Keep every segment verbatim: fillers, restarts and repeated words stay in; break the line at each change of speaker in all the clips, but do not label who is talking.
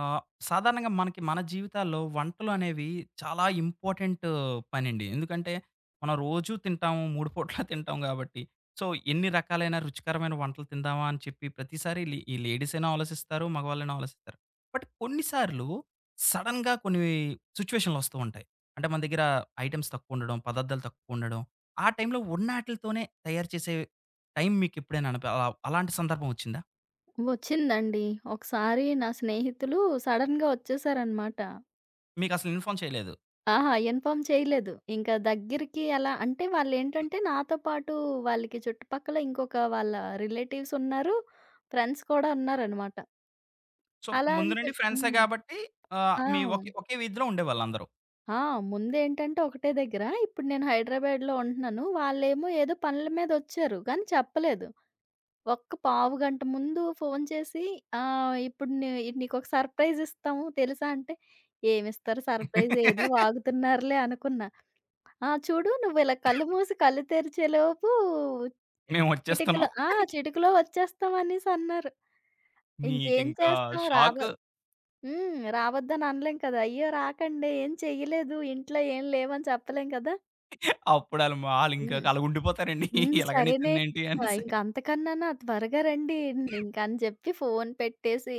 ఆహ్, సాధారణంగా మనకి మన జీవితాల్లో వంటలు అనేవి చాలా ఇంపార్టెంట్ పనండి. ఎందుకంటే, మనం రోజూ తింటాము. మూడు పూటలా తింటాం గాబట్టి. సో, ఎన్ని రకాలైన రుచికరమైన వంటలు తిందామా అని చెప్పి ప్రతిసారి లే ఈ లేడీస్ అయినా ఆలోచిస్తారు. మగవాళ్ళైనా ఆలోచిస్తారు. బట్ కొన్నిసార్లు సడెన్‌గా కొన్ని సిట్యుయేషన్‌లొస్తూ ఉంటాయి. అంటే మన దగ్గర ఐటెమ్స్ తక్కువుండడం, పదార్థాలు తక్కువుండడం. ఆ టైంలో ఉన్నాటిలితోనే తయారు చేసే టైం మీకెప్పుడైనా అనిపి అలా అలాంటి సందర్భం ఒచ్చిందా?
వచ్చిందండి. ఒకసారి నా స్నేహితులు సడెన్‌గా వచ్చేసారనమాట.
మీకసలు ఇన్ఫార్మ్ చేయలేదు.
అహా! ఇన్ఫార్మ్ చేయలేదు. ఇంకా దగ్గరికి అలా అంటే వాళ్ళేంటంటే నాతో పాటు వాళ్ళకి చుట్టుపక్కల ఇంకొక వాళ్ళ రిలేటివ్స్ ఉన్నారు. ఫ్రెండ్స్ కూడా ఉన్నారనమాట.
సో,
అలా
ముందు
అని
నుండి
చెప్
ఫ్రెండ్సే
హ్మ్.
గాబట్టి ఆహ్,
ఆ!
మీ ఒకే ఒకే వీధిలో ఉండేవాళ్ళందరూ.
ఆ! ముందేంటంటే ఒకటే దగ్గర. ఇప్పుడు నేను హైదరాబాద్‌లో ఉంటున్నాను. వాళ్ళేమో ఏదో పనుల మీద వచ్చారు. కానీ చెప్పలేదు. ఒక్క పావు గంట ముందు ఫోను చేసి ఆహ్, ఇప్పుడు నీ నీకొక సర్ప్రైజ్ ఇస్తాము తెలుసా? అంటే, ఏమిస్తారు సర్ప్రైజ్ ఏదో వాగుతున్నారులే అనుకున్నా. ఆ! చూడు నువ్వు ఇలా కళ్ళు మూసి కళ్ళు తెరిచేలోపు
మేమొచ్చేస్తున్నాం.
చిటికలో ఆ! చిటికలో వచ్చేస్తాం అనేసన్నారు. ఇంకేం
మీకింకా
చేస్తాం రావ
షాకు.
హ్మ్. రావద్దని అనలేం కదా! అయ్యో! రాకండి ఏం చెయ్యలేదు ఇంట్లో ఏం లేవని చెప్పలేం కదా!
అప్పుడాళ్ళు మా ఆళ్ళింకా
హ్మ్.
అలాగుండిపోతారండి.
హ్మ్. సరేనే.
ఇలాగనేసిందేంటి
ఇంక
అనేసి
ఇంక అంతకన్నానా త్వరగా రండి ఇంకని చెప్పి ఫోను పెట్టేసి,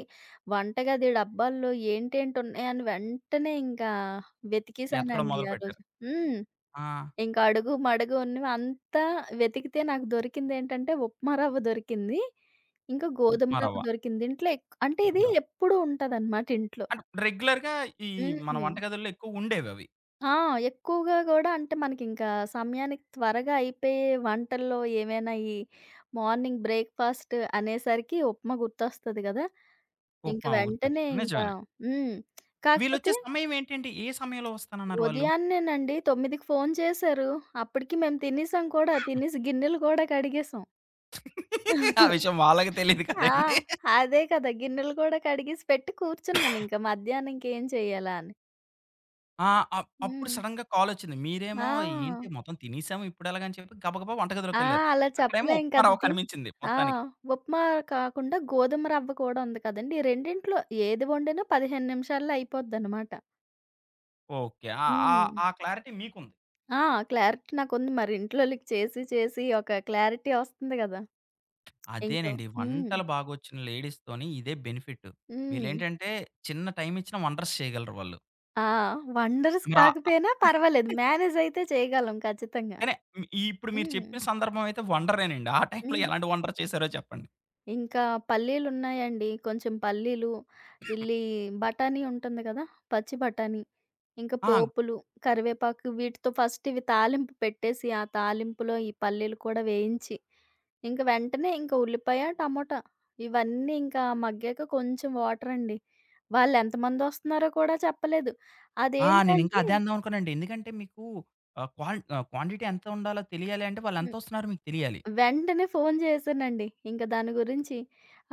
వంటగది డబ్బాల్లో ఏంటేంటి ఉన్నాయని వెంటనే ఇంకా
ఎతకడం
వెతికేసానండి ఆ
మొదలుపెట్టారు.
రోజు. హ్మ్.
ఆ!
ఇంక అడుగు మడుగు ఉన్నవి అంతా వెతికితే నాకు దొరికిందేంటంటే ఉప్మా రవ్వ దొరికింది. ఇంకా గోధుమ
ఉప్మా రవ్వ.
రవ్వ దొరికింది. ఇంట్లో ఎక్ అంటే ఇది
ఉప్మా రవ్వ.
ఎప్పుడూ ఉంటదనమాట ఇంట్లో.
అంటే రెగ్యులర్‌గా ఈ మన
హ్మ్.
వంటగదుల్లో ఎక్కువుండేవవి.
ఆ! ఎక్కువగా గూడా అంటే మనకింకా సమయానికి త్వరగా అయిపోయే వంటల్లో ఏవైనా ఈ మార్నింగ్ బ్రేక్‌ఫాస్ట్ అనేసరికి ఉప్మా గుర్తొస్తది గదా! ఇంక
ఉప్మా
వెంటనే
గుర్తొచ్చింది.
ఇంకా
నిజమేనే.
హ్మ్.
వీళ్ళొచ్చే
కాకపోతే
సమయం ఏంటండి? ఏ సమయంలో వస్తానన్నారు వాళ్ళు?
ఉదయాన్నేనండి తొమ్మిదికి ఫోను చేశారు. అప్పటికి మేము తినేసాం కూడా. తినేసి గిన్నెలు గూడా కడిగేసాం.
ఆ విషయం వాళ్ళకి తెలీదు
ఆ!
కదండీ.
అదే కదా! గిన్నెలు గూడా కడిగేసి పెట్టి కూర్చున్నానింక మధ్యాహ్నం ఇంకేం చేయాలా అని.
ఆ! అప్ అప్పుడు
హ్మ్.
సడెన్‌గా కాలొచ్చింది. మీరేమో
ఆ!
ఏంటి మొత్తం తినేసాము ఇప్పుడెలాగా అని చెప్పి గబగబా
ఆ!
వంటగదిలోకెళ్లారు.
అలా
అక్కడేమో
చెప్పలేం
ఉప్మా రవ్వ
కదిది.
కనిపించింది
ఆ!
మొత్తానికి.
ఉప్మా కాకుండా గోధుమ రవ్వ కూడా ఉంది కదండీ! ఈ రెండిట్లో ఏది వండినా పదిహేను నిమిషాల్లో అయిపోద్దనమాట.
ఓకే. ఆ ఆ
హ్మ్.
ఆ క్లారిటీ మీకుంది.
ఆ! క్లారిటీ నాకుంది. మరి ఇంట్లోళ్ళకి చేసి చేసి ఒక క్లారిటీ వస్తుంది గదా! ఇంకా
అదేనండి.
హ్మ్.
వంటలు బాగొచ్చిన లేడీస్‌తోని ఇదే బెనిఫిట్.
హ్మ్.
వీళ్ళేంటంటే చిన్న టైమ్ ఇచ్చినా వండర్స్ చేయగలరు వాళ్ళు.
ఆ! వండర్స్
రా
కాకపోయినా పర్వాలేదు. మేనేజ్ అయితే చేయగలం ఖచ్చితంగా.
కానీ ఈ ఇప్పుడు మీరు
హ్మ్.
చెప్పిన సందర్భం అయితే వండరేనండి. ఆ టైమ్‌లో
హ్మ్.
ఎలాంటి వండర్ చేశారో చెప్పండి?
ఇంకా పల్లీలున్నాయండి. కొంచెం పల్లీలు, ఇల్లీ బఠానీ ఉంటుంది కదా! పచ్చి బఠానీ. ఇంకా
ఆ!
పోపులు, కరివేపాకు వీటితో ఫస్ట్ ఇవి తాలింపు పెట్టేసి, ఆ తాలింపులో ఈ పల్లీలు కూడా వేయించి, ఇంక వెంటనే ఇంక ఉల్లిపాయ, టమోటా ఇవన్నీ ఇంకా మగ్గాక కొంచెం వాటరండి. వాళ్ళెంతమందొస్తున్నారో కూడా చెప్పలేదు.
ఆ! నేనింకా
అదేంటంటే
అదే అందాం అనుకున్నానండి. ఎందుకంటే మీకు ఆహ్, క్వాం క్వాంటిటీ ఎంత ఉండాలో తెలియాలి అంటే వాళ్ళెంతొస్తున్నారో మీకు తెలియాలి.
వెంటనే ఫోను జేశానండి. ఇంక దాని గురించి.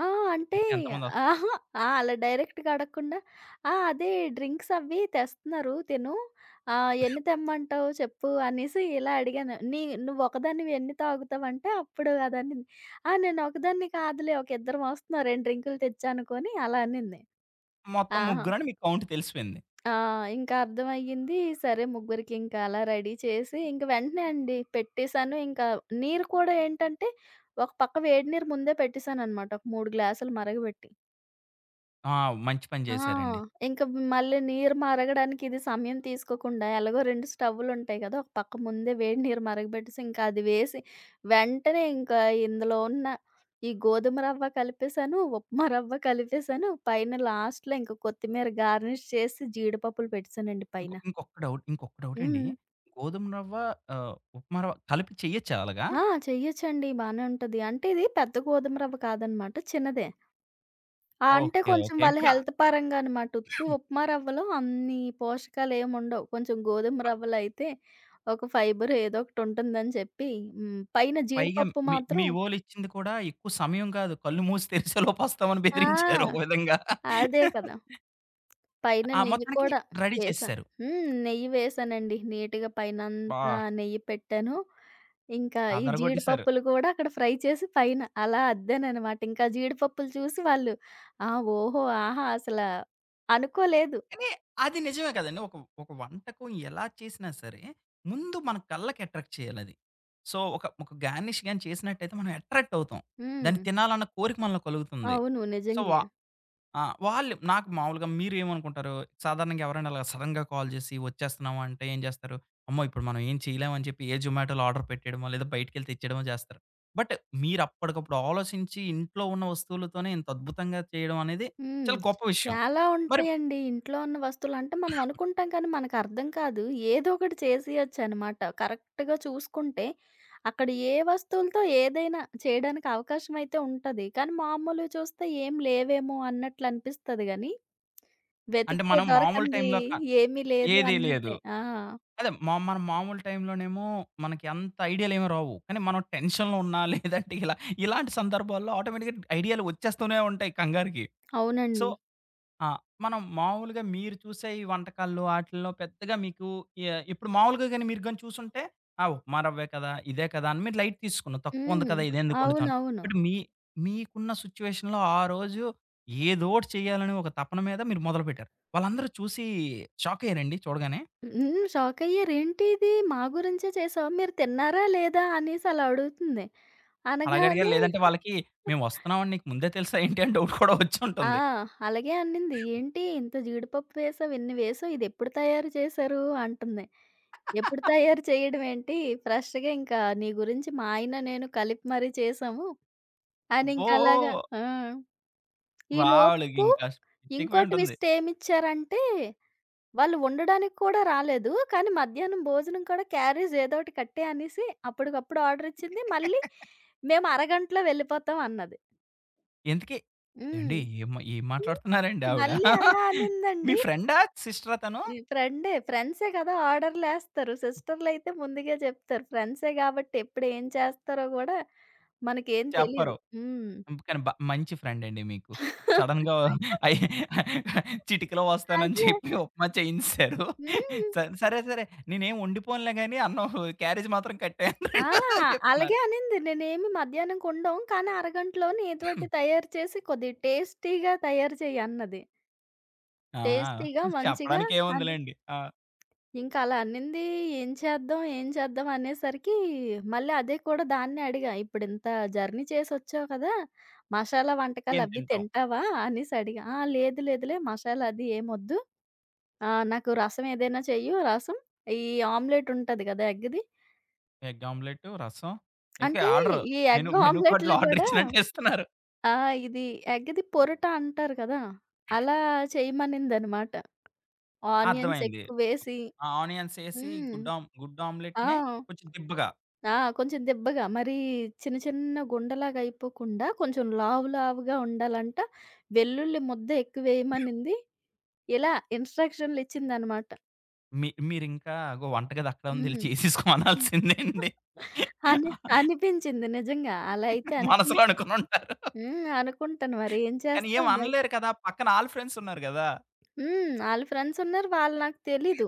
ఆ! అంటే
ఇంతకి ఎంతమందొస్
అహా! ఆ! అలా డైరెక్ట్‌గా అడగకుండా, "ఆ! అదే డ్రింక్స్ అవి తెస్తున్నారు తిను. ఆహ్, ఎన్ని తెమ్మంటావు చెప్పు" అనేసి ఇలా అడిగాను. "నీ నువ్వొకదానివి ఎన్ని తాగుతావంటే" అప్పుడు అదనింది. "ఆ! నేనొకదాన్ని కాదులే ఒక ఇద్దరం వస్తున్నాం రెండు డ్రింకులు తెచ్చా" అనుకోని అలా అనింది.
మొత్తం
ఆహా!
ముగ్గురని మీకు కౌంట్ తెలిసిపోయింది.
ఆ! ఇంకా అర్థమయ్యింది. సరే ముగ్గురికి ఇంకా అలా రెడీ చేసి, ఇంక వెంటనే అండి పెట్టేసాను. ఇంకా నీరు కూడా ఏంటంటే, ఒక పక్క వేడి నీరు ముందే పెట్టేసాననమాట. ఒక మూడు గ్లాసులు మరగబెట్టి.
ఆ! మంచి పని
ఆ!
చేశారండి.
ఇంక మళ్ళీ నీరు మరగడానికి ఇది సమయం తీసుకోకుండా, ఎలాగో రెండు స్టవ్‌లుంటాయి కదా! ఒక పక్క ముందే వేడి నీరు మరగబెట్టేసి, ఇంకా అది వేసి, వెంటనే ఇంకా ఇందులో ఉన్న ఈ గోధుమ రవ్వ కలిపేసాను, ఉప్మా రవ్వ కలిపేసాను. పైన లాస్ట్‌లో ఇంక కొత్తిమీర గార్నిష్ చేసి జీడిపప్పులు పెట్టేసానండి
ఇంకొ
పైన.
ఇంకొక డౌట్ ఇంకొక డౌటండి.
హ్మ్.
గోధుమ రవ్వ ఆహ్, ఉప్మా రవ్వ కలిపి చెయ్యొచ్చా అలాగా?
ఆ! చెయ్యొచ్చండి. బానే ఉంటది. అంటే ఇది పెద్ద గోధుమ రవ్వ కాదనమాట. చిన్నదే. ఆ! అంటే
ఓకే.
కొంచెం
ఓకే.
వాళ్ళ
ఇప్పుడు
హెల్త్ పరంగా అనమాట. ఉత్తి ఉప్మా రవ్వలో అన్ని పోషకాలేముండవు. కొంచెం గోధుమ రవ్వలో అయితే ఒక ఫైబర్ ఏదో ఒకటుంటుందని చెప్పి హ్మ్. పైన
పైగా
జీడిపప్పు
మీ
మాత్రం
మీ వోలిచ్చింది కూడా ఎక్కువ సమయం కాదు. కళ్ళు మూసి తెరిసేలోపు వస్తామని బెదిరించారు ఒక
ఆ!
విధంగా.
అదే కదా! పైన
ఆ!
నెయ్యి
మొత్తానికి
కూడా
రెడీ
వేసా.
చేసేసారు.
హ్మ్. నెయ్యి వేసానండి. నీట్‌గా
బా
పైనంతా నెయ్యి పెట్టాను. ఇంకా ఈ
అదరగొట్టేసారు.
జీడిపప్పులు కూడా అక్కడ ఫ్రై చేసి పైన అలా అద్దాననమాట. ఇంకా జీడిపప్పులు చూసి వాళ్ళు ఆ! ఓహో! ఆహా! అసల అనుకోలేదు.
కానీ అది నిజమే కదండీ. ఒక ఒక వంటకం ఎలా చేసినా సరే, ముందు మన కళ్ళకి అట్రాక్ట్ చేయాలది. సో, ఒక ఒక గార్నిష్ గాని చేసినట్టయితే మనం అట్రాక్ట్ అవుతాం. దాన్ని
హ్మ్.
తినాలన్న కోరిక మనలో కలుగుతుంది.
అవును.
సో,
నిజంగే.
వా ఆ! వాళ్ళు నాకు మామూలుగా మీరేమనుకుంటారు? సాధారణంగా ఎవరైనా అలా సడెన్‌గా కాల్ చేసి వచ్చేస్తున్నాము అంటే ఏం చేస్తారు? అమ్మో! ఇప్పుడు మనం ఏం చేయలేం అని చెప్పి ఏ జొమాటోలో ఆర్డర్ పెట్టేయడమో, లేదా బయటికెళ్ళి తెచ్చేయడమో చేస్తారు. బట్ మీరు అప్పటికప్పుడు ఆలోచించి ఇంట్లో ఉన్న వస్తువులతోనే ఇంత అద్భుతంగా చేయడం అనేది
హ్మ్.
చాలా గొప్ప విషయం.
చాలా
మరి
ఉంటాయండి. ఇంట్లో ఉన్న వస్తువులు అంటే మనం అనుకుంటాం కానీ మనకర్థం కాదు. ఏదో ఒకటి చేసేయొచ్చనమాట. కరెక్ట్‌గా చూసుకుంటే అక్కడ ఏ వస్తువులతో ఏదైనా చేయడానికి అవకాశం అయితే ఉంటది. కానీ మామూలువి చూస్తే ఏం లేవేమో అన్నట్లు అనిపిస్తది గానీ,
అంటే
వెతికితే
మనం మామూలు
దొరకంది
టైంలో క
ఏమీ లేదు
ఏదీ లేదు.
అన్నట్టే. ఆ!
అదే మా మనం మామూలు టైంలోనేమో మనకి అంత ఐడియాలేమి రావు. కానీ మనం టెన్షన్‌లో ఉన్నా లేదంటే ఇలా ఇలాంటి సందర్భాల్లో ఆటోమేటిక్‌గా ఐడియాలు వచ్చేస్తూనే ఉంటాయి కంగారుకి. సో
అవునండి.
ఆ! మనం మామూలుగా మీరు చూసే ఈ వంటకాల్లో ఆటిల్లో పెద్దగా మీకు ఎ ఇప్పుడు మామూలుగా గాని మీరు గాని చూసుంటే, ఆ! ఉప్మా రవ్వే కదా! ఇదే కదా! అని మీరు లైట్ తీసుకున్నారు. తక్కువ ఉంది
హ్మ్.
కదా! ఇదెందుకు వండుతాం.
అవునవును.
బట్ మీ మీకున్న సిట్యుయేషన్‌లో ఆ రోజు ఏదోటి చేయాలని ఒక తపన మీద మీరు మొదలుపెట్టారు. వాళ్ళందరూ చూసి షాక్ అయ్యారండి చూడగానే?
హ్మ్. షాకయ్యారు. "ఏంటిది మా గురించే చేసావా? మీరు తిన్నారా లేదా?" అనేసి అలా అడుగుతుంది.
అలాగ అడిగారా?
అనగానే
లేదంటే వాళ్ళకి మేము వస్తున్నామని నీకు ముందే తెలుసా ఏంటి అని డౌట్ కూడా
ఆ!
వచ్చుంటుంది.
అలాగే అన్నింది. "ఏంటి ఇంత జీడిపప్పు వేసావు, ఇన్ని వేసావు, ఇదెప్పుడు తయారు చేశారు?" అంటుంది. "ఎప్పుడు తయారు చేయడం ఏంటి? ఫ్రెష్‌గా ఇంకా నీ గురించి మా ఆయన, నేను కలిపి మరీ చేసాము" అని
అబ్బో!
ఇంకలాగా ఆ! ఈలోపు
వాళ్ళకింకా
ఇంకో
పిచ్చెక్కిపోయి ఉంటుంది.
ట్విస్ట్ ఏమిచ్చారంటే వాళ్ళు ఉండడానికి కూడా రాలేదు. కానీ మధ్యాహ్నం భోజనం కూడా క్యారేజ్ ఏదో ఒకటి కట్టేయి అనేసి అప్పటికప్పుడు ఆర్డర్ ఇచ్చింది. మళ్ళీ మేము అరగంటలో వెళ్ళిపోతాం అన్నది.
ఇంతకీ ఏవండీ
హ్మ్.
ఏం మా ఏం
హ్మ్.
మాట్లాడుతున్నారండి ఆవిడ?
మళ్ళీ అలా
మీ
అనిందండి.
ఫ్రెండా? సిస్టరా తను?
ఈ ఫ్రెండే ఫ్రెండ్సే కదా! ఆర్డర్‌లేస్తారు. సిస్టర్‌లయితే ముందుగే చెప్తారు. ఫ్రెండ్సే కాబట్టి ఎప్పుడు ఏం చేస్తారో గూడా మనకేం తెలీదు.
చెప్పరు.
హ్మ్.
కానీ బ మంచి ఫ్రెండండి మీకు. సడెన్‌గా అయి చిటికలో వస్తానని
అదే.
చెప్పి ఉప్మా చేయించేసారు.
హ్మ్.
స సరే, సరే నేనేం వండిపోనులే గాని అన్నం క్యారేజ్ మాత్రం కట్టేయండి
ఆ!
అని చెప్తున్నారు.
అలాగే అనింది. నేనేమి మధ్యాహ్నంకి వండం. కానీ అరగంటలోనే ఏదో ఒకటి తయారు చేసి కొద్దిగా టేస్టీగా తయారు చెయ్యి అన్నది.
ఆ!
టేస్టీగా మంచిగా
చెప్పడానికి
అని.
ఏముందిలెండి. ఆ!
ఇంక అలా అన్నింది. ఏం చేద్దాం? ఏం చేద్దాం? అనేసరికి మళ్ళీ అదే కూడా దాన్నే అడిగా. ఇప్పుడింత జర్నీ చేసొచ్చావు కదా! మసాలా వంటకాలు
ఏం
అవి
తింటాం?
తింటావా? అనేసి అడిగా. ఆ! లేదు లేదులే మసాలా అది ఏమొద్దు. ఆహ్, నాకు రసం ఏదైనా చెయ్యు. రసం, ఈ ఆమ్లెట్ ఉంటది కదా ఎగ్‌ది.
ఎగ్ ఆమ్లెట్, రసం ఇక
అంటే
ఆర్డర్
ఈ
మెను
ఎగ్
మెను కార్డ్‌లో
ఆమ్లెట్‌లు
ఆర్డర్
గూడా
ఇచ్చినట్టు ఇస్తున్నారు.
ఆ! ఇది ఎగ్‌ది పొరట అంటారు కదా! అలా చేయమనిందనమాట. ఆనియన్స్
అర్థమైంది.
ఎక్కువేసి
ఆ! ఆనియన్స్ ఏసి
హ్మ్.
గుడ్ ఆమ్ గుడ్
ఆ!
ఆమ్లెట్‌నే కొంచెం దిబ్బగా.
ఆ! కొంచెం దిబ్బగా మరీ చిన్న చిన్న గుండలాగా అయిపోకుండా కొంచెం లావు లావుగా ఉండాలంట. వెల్లుల్లి ముద్ద ఎక్కువేయమనింది. ఇలా ఇన్‌స్ట్రక్షన్‌లిచ్చిందనమాట.
మీ మీరింకా అగో వంటగది అక్కడ ఉందెళ్లి
హ్మ్.
చేసేసుకో
హ్మ్.
అనాల్సిందే అండి.
అని అనిపించింది నిజంగా. అలా అయితే
మనసులో
అనిపించింది.
అనుకునుంటారు.
హ్మ్. అనుకుంటాను మరి ఏం
కానీ ఏం
చేస్తాం. బయ్
అనలేరు కదా! పక్కన ఆళ్ళ ఫ్రెండ్స్ ఉన్నారు గదా!
హ్మ్. ఆళ్ళ ఫ్రెండ్స్ ఉన్నారు. వాళ్ళు నాకు తెలీదు.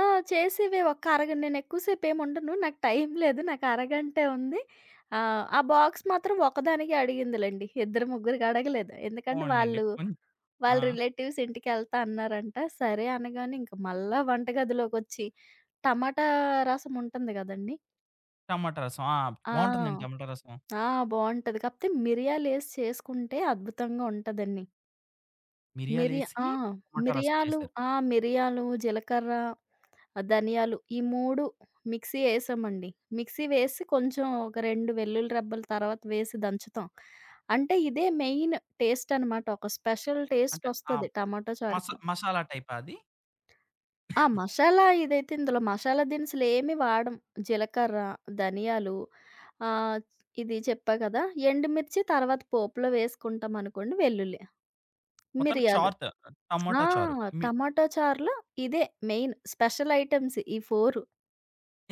ఆ! చేసేవే ఒక్క అరగంట నేను ఎక్కువసేపేమి ఉండను. నాకు టైం లేదు. నాకు అరగంటే ఉంది. ఆహ్, ఆ బాక్స్ మాత్రం ఒకదానికే అడిగిందిలెండి. ఇద్దరు ముగ్గురికి అడగలేదు. ఎందుకంటే
పోనీలెండి.
వాళ్ళు
కొం ఆ!
వాళ్ళ రిలేటివ్స్ ఇంటికెళ్తా అన్నారంట. సరే అనగానే ఇంక మళ్ళా వంటగదిలోకొచ్చి టమాటా రసం ఉంటుంది గదండీ!
టమాటా రసం. ఆ! బావుంటుందండి
ఆ!
టమాటా రసం.
ఆ! బావుంటది. కాపోతే మిరియాలేసి చేసుకుంటే అద్భుతంగా ఉంటదండి. మిరియా
మిరియాలేసి
ఆ!
టమాటా రసం
మిరియాలు
చేశారు.
ఆ! మిరియాలు, జీలకర్ర ఆ! ధనియాలు ఈ మూడు మిక్సీ యేసామండి. మిక్సీ వేసి కొంచెం ఒక రెండు వెల్లుల్లి రెబ్బలు తర్వాత వేసి దంచుతాం. అంటే ఇదే మెయిన్ టేస్ట్ అనమాట. ఒక స్పెషల్ టేస్ట్
అంటే ఆ
ఒస్తది టమాటో
మసా
చారుకి.
మసాలా టైపా అది?
ఆ! మసాలా ఇదైతే ఇందులో మసాలా దినుసులు ఏమి వాడం. జీలకర్ర, ధనియాలు ఆహ్, ఇది చెప్పా కదా! ఎండుమిర్చి తర్వాత పోపులో వేసుకుంటాం అనుకోండి వెల్లుల్లి.
మొత్తానికి
మిరియాలు.
చారు త
ఆ!
టమాటా చారు. మి
టమాటో చారులో ఇదే మెయిన్ స్పెషల్ ఐటెమ్స్ ఈ నాలుగు.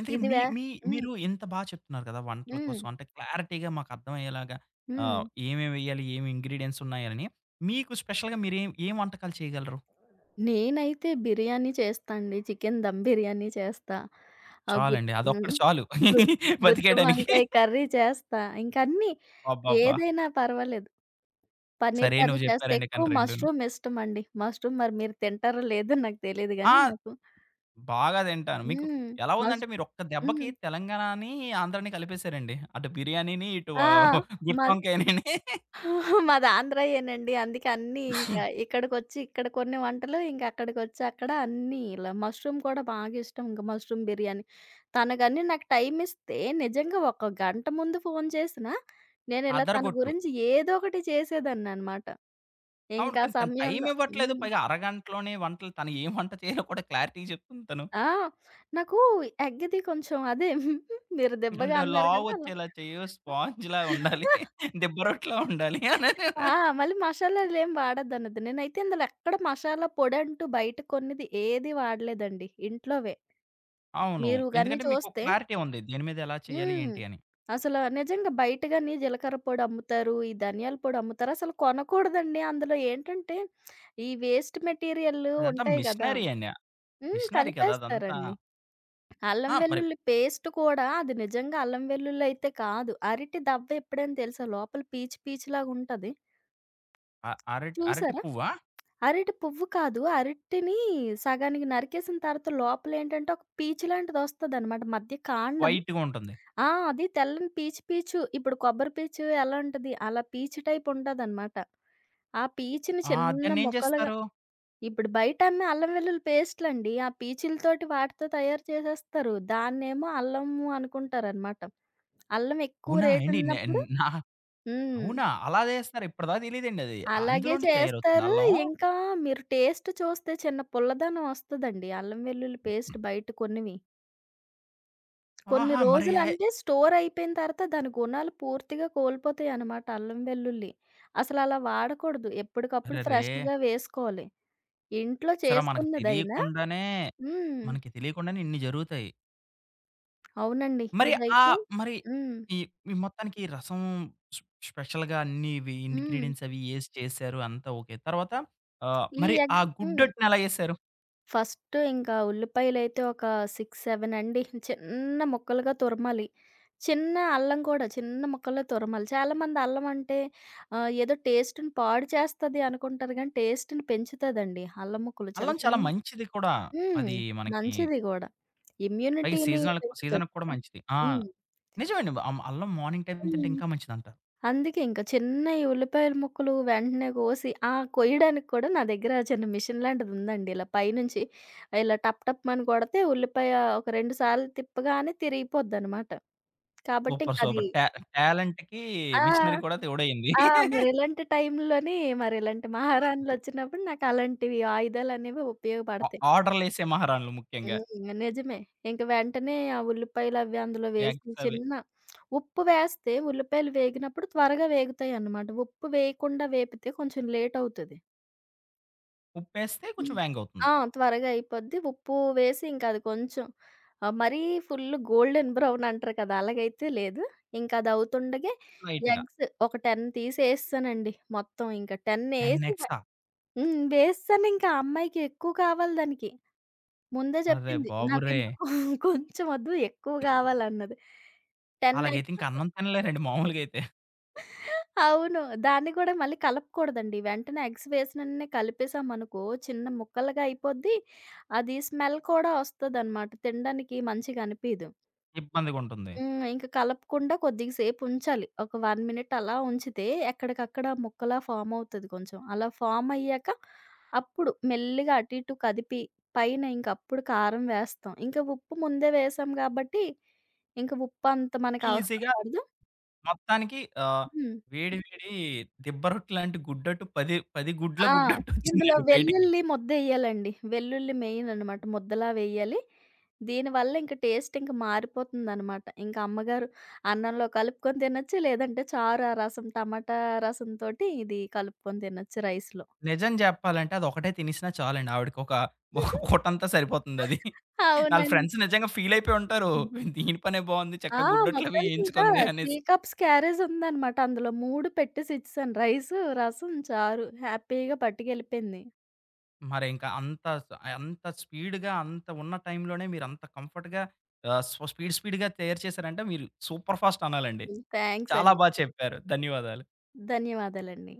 ఇంతకీ
ఇది
మీ
వే
మీ
హ్మ్.
మీరు ఇంత బా చెప్తున్నారు కదా! వంటల
హ్మ్.
కోసం అంటే క్లారిటీగా మాకు అర్థమయ్యేలాగా
హ్మ్.
ఆహ్, ఏమేమి వేయాలి? ఏమి ఇంగ్రీడియెంట్స్ ఉన్నాయని. మీకు స్పెషల్‌గా మీరేం ఏం ఏం వంటకాలు చేయగలరు?
నేనైతే బిర్యానీ చేస్తా అండి. చికెన్ దమ్ బిర్యానీ చేస్తా. ఆ గుత్
చాలండి. అదొక్కటి
హ్మ్.
చాలు
గుత్ గుత్తి
బతికేయడానికి.
వంకాయ కర్రీ చేస్తా. ఇంకన్నీ
అబ్బబ్బా!
ఏదైనా పర్వాలేదు. పన్నీర్
సరే
కర్రీ
నువ్వు
చేస్తే
చెప్పారండి
ఎక్కువ
కానీ రెండూను.
మష్రూమ్ ఇష్టమండి. మష్రూమ్ మరి మీరు తింటారో లేదో నాకు తెలీదు గానీ
ఆ!
నాకు
బాగా తింటాను. మీకు
హ్మ్.
ఎలా
మష్
ఉందంటే మీరు ఒక్క దెబ్బకి
హ్మ్.
తెలంగాణని, ఆంధ్రాని కలిపేసారండి. అటు బిర్యానీని, ఇటు
ఆ!
ఆహ్,
మ
గుత్తొంకాయనిని
మాది ఆంధ్రాయేనండి. అందుకే అన్నీ ఇంకా ఇక్కడికొచ్చి ఇక్కడ కొన్ని వంటలు, ఇంక అక్కడికొచ్చి అక్కడ అన్నీ ఇలా. మష్రూమ్ కూడా బాగా ఇష్టం ఇంక మష్రూమ్ బిర్యానీ. తను గాని నాకు టైమిస్తే నిజంగా ఒక గంట ముందు ఫోను చేసినా, నేనిలా తన
అదరగొట్టు.
గురించి ఏదో ఒకటి చేసేదాన్ననమాట.
అవును.
ఇంకా
కానీ
ఆ
తను
సమయంలో
టైమివ్వట్లేదు.
హ్మ్.
పైగా అరగంటలోనే వంటలు తను ఏం వంట చేయాలో కూడా క్లారిటీగా చెప్తుంది తను.
ఆ! నాకు ఎగ్గది కొంచెం అదే మీరు దెబ్బగా
"ల
అన్నారు కదా! అలా.
లావొచ్చేలా చెయ్యు, స్పాంజ్‌లా ఉండాలి, దిబ్బ రొట్టెలా ఉండాలి" అనని
ఆ! మళ్ళీ మషాలాలేం వాడొద్దన్నది. నేనైతే ఇందులో ఎక్కడ మషాలా పొడంటూ బయట కొన్నది ఏది వాడలేదండి. ఇంట్లోవే.
అవును.
మీరు గాని
ఎందుకంటే మీకు
చూస్తే
క్లారిటీ ఉంది. దేని మీద ఎలా చేయాలి,
హ్మ్.
ఏంటి అని.
అసలు నిజంగా బయట గాని జీలకర్ర పొడి అమ్ముతారు. ఈ ధనియాల పొడి అమ్ముతారు. అసలు కొనకూడదండి. అందులో ఏంటంటే ఈ వేస్ట్ మెటీరియల్
అదంతా
ఉంటాయి గదా!
మిషనరీ అండి.
హ్మ్.
మిషనరీ కదా! అదంతా.
కలిపేస్తారండి.
ఆ!
అల్లం
మరి
వెల్లుల్లి పేస్ట్ కూడా అది నిజంగా అల్లం వెల్లుల్లి అయితే కాదు. అరటి దవ్వ ఎప్పుడైనా తెలుసా? లోపల పీచు పీచులాగా ఉంటది.
అ అరటి అరటి
చూసారా?
పువ్వా?
అరటి పువ్వు కాదు. అరటిని సగానికి నరికేసిన తర్వాత లోపలేంటంటే ఒక పీచు లాంటిదొస్తదనమాట. మధ్య కాండం
వైట్‌గా ఉంటుంది.
ఆ! అది తెల్లని పీచు పీచు ఇప్పుడు కొబ్బరి పీచు ఎలా ఉంటది? అలా పీచు టైప్ ఉంటదనమాట. ఆ పీచుని
ఆ!
చిన్న
దాన్నేం
ముక్కలుగా
చేస్తారు?
ఇప్పుడు బయట అమ్మే అల్లం వెల్లుల్లి పేస్టులండి. ఆ పీచులతోటి వాటితో తయారు చేసేస్తారు. దాన్నేమో అల్లము అనుకుంటారనమాట. అల్లం ఎక్కువ
అవునా అండి? నే
రేటున్నప్పుడు
నా
హ్మ్.
అవునా? అలాగ ఏస్తారా? ఇప్పటిదాకా తెలీదండి అది.
అలాగే
అందులోనే తయారవుతుందా
చేస్తారు.
అల్లం?
ఇంకా మీరు టేస్ట్ చూస్తే చిన్న పుల్లదనం వస్తదండి. అల్లం వెల్లుల్లి పేస్ట్ బయట కొన్నివి. కొన్ని
ఆహా! మరి అయ్
రోజులంటే స్టోర్ అయిపోయిన తర్వాత దాని గుణాలు పూర్తిగా కోల్పోతాయన్నమాట అల్లం వెల్లుల్లి. అసలలా వాడకూడదు. ఎప్పటికప్పుడు
అరెరే!
ఫ్రెష్‌గా వేసుకోవాలి. ఇంట్లో
చూసారా మనకు
చేసుకున్నదైనా
తెలియకుండానే
హ్మ్.
మనకి తెలియకుండానే ఇన్ని జరుగుతాయి.
అవునండి.
మరి ఆ
ఇదైతే
మరి
హ్మ్.
ఈ ఈ మొత్తానికి ఈ రసం స్ స్పెషల్‌గా అన్ని ఇవి
హ్మ్.
ఇంగ్రీడియెంట్స్ అవి ఏసి చేశారు అంతా ఓకే. తర్వాత ఆహ్,
ఈ
మరి
ఎగ్
ఆ
హ్మ్.
గుడ్డట్నెలా ఏశారు?
ఫస్ట్ ఇంకా ఉల్లిపాయలైతే ఒక ఆరు, ఏడు అండి. చిన్న ముక్కలుగా తురమాలి. చిన్న అల్లం కూడా చిన్న ముక్కల్లో తురమాలి. చాలామంది అల్లం అంటే ఆహ్, ఏదో టేస్ట్‌ని పాడు చేస్తది అనుకుంటారు గానీ, టేస్ట్‌ని పెంచుతదండి అల్లం ముక్కలు. చాలా
అల్లం చాలా
చిన్న
మంచిది కూడా.
హ్మ్.
అది మనకి
మంచిది గూడా.
పైగా
ఇమ్యూనిటీని
సీజనల్
పెంచుతది
సీజన్‌కి కూడా
కదా!
మంచిది. ఆ!
హ్మ్.
నిజమండి. అం అల్లం మార్నింగ్ టైమ్
హ్మ్.
తింటే ఇంకా మంచిదంటారు.
అందుకే ఇంకా చిన్నయి ఉల్లిపాయల ముక్కలు వెంటనే కోసి ఆ కొయ్యడానికి కూడా నా దగ్గర చిన్న మిషన్ లాంటిది ఉందండి. ఇలా పైనుంచి ఇలా టప్ టప్ మని కొడితే ఉల్లిపాయ ఒక రెండు సార్లు తిప్పగానే తిరిగిపోద్దనమాట. కాబట్టి
సూపర్.
ఇంకది
సూపర్. టా టాలెంట్‌కి
ఆ!
మిషనరీ కూడా తోడయింది.
ఆ! మరిలాంటి టైంలోనే మరిలాంటి మహారాణులొచ్చినప్పుడు నాకు అలాంటివి ఆయుధాలనేవి
ఆ
ఉపయోగపడతాయి.
ఆర్డర్‌లేసే మహారాణులు
హ్మ్.
ముఖ్యంగా.
నిజమే. ఇంక వెంటనే ఆ ఉల్లిపాయలవి అందులో
ఎగ్స్
వేసి
అవి.
చిన్న ఉప్పు వేస్తే ఉల్లిపాయలు వేగినప్పుడు త్వరగా వేగుతాయన్నమాట. ఉప్పు వేయకుండా వేపితే కొంచెం లేట్ అవుతది.
ఉప్పేస్తే కొంచెం
హ్మ్.
వ్యాంగవుతుంది.
ఆ! త్వరగా అయిపోద్ది. ఉప్పు వేసి ఇంక అది కొంచెం ఆహ్, మరీ ఫుల్ గోల్డెన్ బ్రౌన్ అంటారు కదా! అలాగైతే లేదు. ఇంకా అది అవుతుండగే
లైట్‌గా.
ఎగ్స్ ఒక పది తీసేసేసానండి మొత్తం. ఇంక పది
పది
ఏసి
ఎక్సా?
హ్మ్. వేసేసాను ఇంకా ఆ అమ్మాయికి ఎక్కువ కావాలి దానికి. ముందే
అరె
జెప్పింది.
బాబురేయ్!
నాకిందుకు కొంచెం ఒద్దు ఎక్కువ గావాలన్నది. పది
అలాగైతే
ఎగ్స్
ఇంక అన్నం తినలేరండి మామూలుగైతే.
అవును. దాన్ని గూడా మళ్ళీ కలపకూడదండి. వెంటనే ఎగ్స్ వేసినన్నే కలిపేసామనుకో చిన్న ముక్కలుగా అయిపోద్ది. అది స్మెల్ కూడా ఒస్తదనమాట. తినడానికి మంచిగనిపియదు.
ఇబ్బందిగుంటుంది.
హ్మ్. ఇంక కలపకుండా కొద్దిగ సేపుంచాలి. ఒక ఒక్క మినిట్ అలా ఉంచితే ఎక్కడికక్కడ ముక్కలా ఫార్మ్ అవుతది కొంచెం. అలా ఫార్మ్ అయ్యాక అప్పుడు మెల్లిగా అటు ఇటు కదిపి పైన ఇంక అప్పుడు కారం వేస్తాం. ఇంక ఉప్పు ముందే వేసాం గాబట్టి ఇంక ఉప్పు అంత మనకు అవసరం
ఈజీగా
పడదు.
మొత్తానికి ఆహ్,
హ్మ్.
వేడి వేడి దిబ్బరొట్టు లాంటి గుడ్డట్టు పది, పది గుడ్ల
ఆ! ఇందులో
గుడ్డట్టొచ్చిందండి బయటికి.
వెల్లుల్లి ముద్దేయాలండి. వెల్లుల్లి మెయిన్ అన్నమాట. ముద్దలా వేయాలి. దీనివల్ల ఇంక టేస్ట్ ఇంక మారిపోతుందన్నమాట. ఇంక అమ్మగారు అన్నంలో కలుపుకొని తినొచ్చు. లేదంటే చారు, ఆ రసం టమాటా రసంతోటి ఇది కలుపుకొని తినొచ్చు రైస్‌లో.
నిజం చెప్పాలంటే అదొకటే తినేసినా చాలండి ఆవిడకొక ఒక ఒక పూటంతా సరిపోతుందది. ఆళ్ళ
అవునండి.
ఫ్రెండ్స్ నిజంగా ఫీలయిపోయుంటారు.
హ్మ్.
దీని పనే బావుంది
ఆ!
చక్కగా గుడ్డట్లవి
మొత్తానికింకా
ఏయించుకుంది అనేసి.
మూడు కప్స్ క్యారేజ్ ఉందన్నమాట. అందులో మూడు పెట్టేసి ఇచ్చేసాను. రైసు, రసం, చారు హ్యాపీగా పట్టుకెళ్ళిపోయింది.
మరింక అంత స అంత స్పీడ్‌గా అంత ఉన్న టైంలోనే మీరంత కంఫర్ట్‌గా ఆహ్, స్వ స్పీడ్ స్పీడ్‌గా తయారు చేశారంటే మీరు సూపర్ ఫాస్ట్ అనాలండి.
హ్మ్. థాంక్స్
చాలా
అండి.
బా చెప్పారు. ధన్యవాదాలు.
ధన్యవాదాలండి.